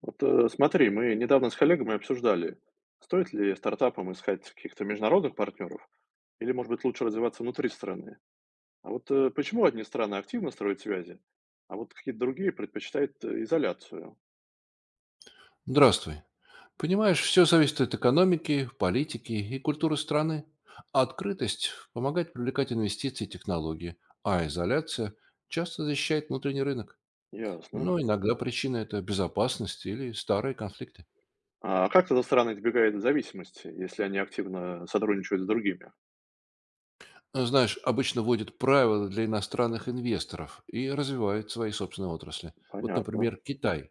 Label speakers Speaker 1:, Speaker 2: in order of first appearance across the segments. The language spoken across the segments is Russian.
Speaker 1: Смотри, мы недавно с коллегами обсуждали, стоит ли стартапам искать каких-то международных партнеров, или, может быть, лучше развиваться внутри страны. Почему одни страны активно строят связи, а вот какие-то другие предпочитают изоляцию?
Speaker 2: Здравствуй. Понимаешь, все зависит от экономики, политики и культуры страны. Открытость помогает привлекать инвестиции и технологии, а изоляция часто защищает внутренний рынок.
Speaker 1: Ясно.
Speaker 2: Но иногда причина– это безопасность или старые конфликты.
Speaker 1: А как тогда страны избегают зависимости, если они активно сотрудничают с другими?
Speaker 2: Знаешь, обычно вводят правила для иностранных инвесторов и развивают свои собственные отрасли. Вот,
Speaker 1: Понятно.
Speaker 2: например, Китай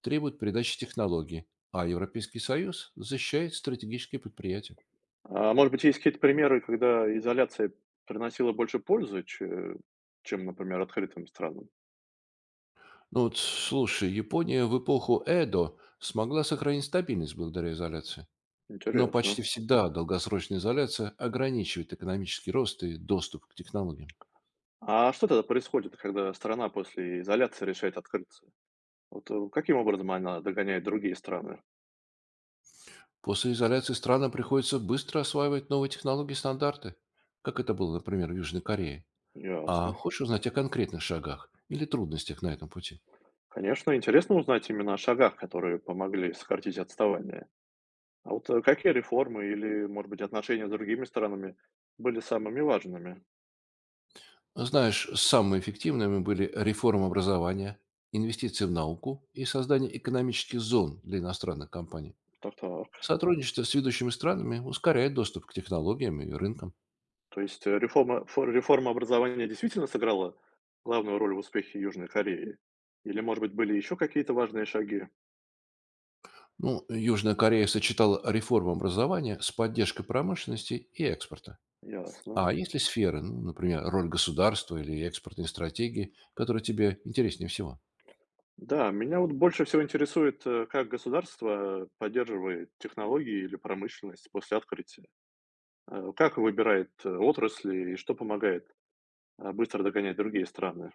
Speaker 2: требует передачи технологий, а Европейский Союз защищает стратегические предприятия.
Speaker 1: А может быть, есть какие-то примеры, когда изоляция приносила больше пользы, чем, например, открытым странам?
Speaker 2: Ну вот, слушай, Япония в эпоху Эдо смогла сохранить стабильность благодаря изоляции. Но почти
Speaker 1: Интересно.
Speaker 2: всегда долгосрочная изоляция ограничивает экономический рост и доступ к технологиям.
Speaker 1: А что тогда происходит, когда страна после изоляции решает открыться? Каким образом она догоняет другие страны?
Speaker 2: После изоляции странам приходится быстро осваивать новые технологии и стандарты, как это было, например, в Южной Корее. А
Speaker 1: Ясно.
Speaker 2: хочешь узнать о конкретных шагах или трудностях на этом пути?
Speaker 1: Конечно, интересно узнать именно о шагах, которые помогли сократить отставание. Какие реформы или, может быть, отношения с другими странами были самыми важными?
Speaker 2: Знаешь, самыми эффективными были реформа образования, инвестиции в науку и создание экономических зон для иностранных компаний.
Speaker 1: Так-так.
Speaker 2: Сотрудничество с ведущими странами ускоряет доступ к технологиям и рынкам.
Speaker 1: То есть реформа образования действительно сыграла главную роль в успехе Южной Кореи? Или, может быть, были еще какие-то важные шаги?
Speaker 2: Ну, Южная Корея сочетала реформу образования с поддержкой промышленности и экспорта.
Speaker 1: Ясно.
Speaker 2: А есть ли сферы, ну, например, роль государства или экспортные стратегии, которые тебе интереснее всего?
Speaker 1: Да, меня вот больше всего интересует, как государство поддерживает технологии или промышленность после открытия. Как выбирает отрасли и что помогает быстро догонять другие страны?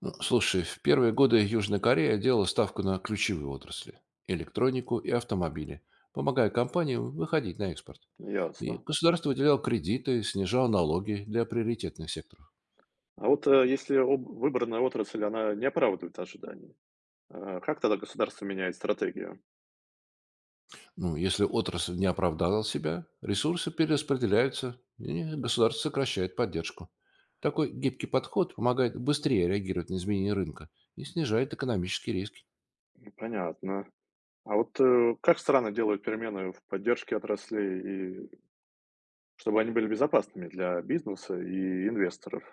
Speaker 2: Ну, слушай, в первые годы Южная Корея делала ставку на ключевые отрасли– электронику и автомобили, помогая компаниям выходить на экспорт.
Speaker 1: Ясно.
Speaker 2: И государство выделяло кредиты, снижало налоги для приоритетных секторов.
Speaker 1: Если выбранная отрасль, она не оправдывает ожиданий, как тогда государство меняет стратегию?
Speaker 2: Ну, если отрасль не оправдала себя, ресурсы перераспределяются, и государство сокращает поддержку. Такой гибкий подход помогает быстрее реагировать на изменения рынка и снижает экономические риски.
Speaker 1: Понятно. Как страны делают перемены в поддержке отраслей, и чтобы они были безопасными для бизнеса и инвесторов?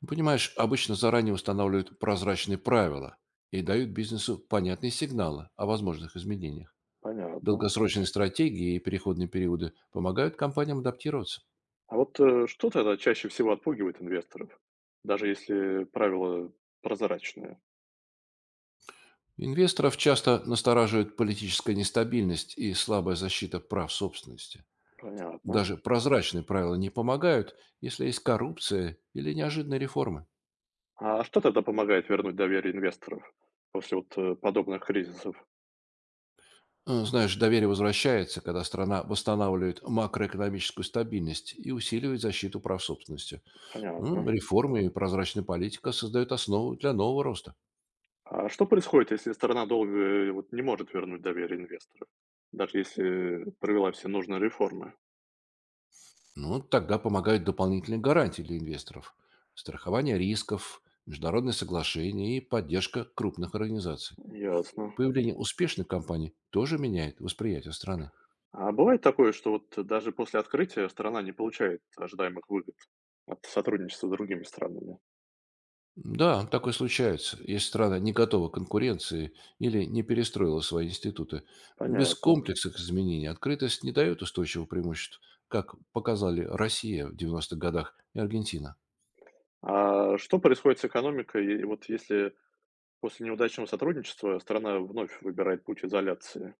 Speaker 2: Ну, понимаешь, обычно заранее устанавливают прозрачные правила и дают бизнесу понятные сигналы о возможных изменениях.
Speaker 1: Понятно.
Speaker 2: Долгосрочные стратегии и переходные периоды помогают компаниям адаптироваться.
Speaker 1: Что тогда чаще всего отпугивает инвесторов, даже если правила прозрачные?
Speaker 2: Инвесторов часто настораживает политическая нестабильность и слабая защита прав собственности.
Speaker 1: Понятно.
Speaker 2: Даже прозрачные правила не помогают, если есть коррупция или неожиданные реформы.
Speaker 1: А что тогда помогает вернуть доверие инвесторов после подобных кризисов?
Speaker 2: Знаешь, доверие возвращается, когда страна восстанавливает макроэкономическую стабильность и усиливает защиту прав собственности. Ну,
Speaker 1: Понятно.
Speaker 2: реформы и прозрачная политика создают основу для нового роста.
Speaker 1: А что происходит, если сторона долго не может вернуть доверие инвесторов, даже если провела все нужные реформы?
Speaker 2: Ну, тогда помогают дополнительные гарантии для инвесторов, страхование рисков, международные соглашения и поддержка крупных организаций.
Speaker 1: Ясно.
Speaker 2: Появление успешных компаний тоже меняет восприятие страны.
Speaker 1: А бывает такое, что вот даже после открытия сторона не получает ожидаемых выгод от сотрудничества с другими странами?
Speaker 2: Да, такое случается, если страна не готова к конкуренции или не перестроила свои институты. Без
Speaker 1: Понятно.
Speaker 2: комплексных изменений открытость не дает устойчивого преимущества, как показали Россия в 90-х годах и Аргентина.
Speaker 1: А что происходит с экономикой, и вот если после неудачного сотрудничества страна вновь выбирает путь изоляции?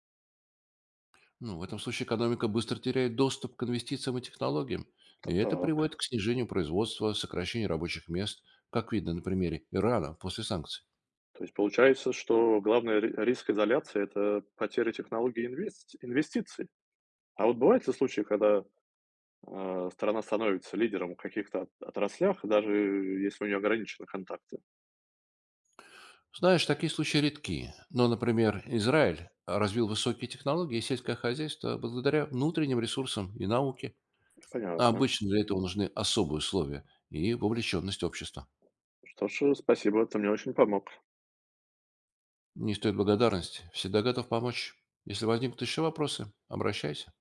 Speaker 2: Ну, в этом случае экономика быстро теряет доступ к инвестициям и технологиям, и
Speaker 1: Так,
Speaker 2: это
Speaker 1: так.
Speaker 2: приводит к снижению производства, сокращению рабочих мест, как видно на примере Ирана после санкций.
Speaker 1: То есть получается, что главный риск изоляции — это потеря технологий и инвестиций. А вот бывают ли случаи, когда страна становится лидером в каких-то отраслях, даже если у нее ограничены контакты?
Speaker 2: Знаешь, такие случаи редки. Но, например, Израиль развил высокие технологии и сельское хозяйство благодаря внутренним ресурсам и науке. А
Speaker 1: Понятно.
Speaker 2: обычно для этого нужны особые условия и вовлеченность общества.
Speaker 1: Что ж, спасибо, ты мне очень помог.
Speaker 2: Не стоит благодарности. Всегда готов помочь. Если возникнут еще вопросы, обращайся.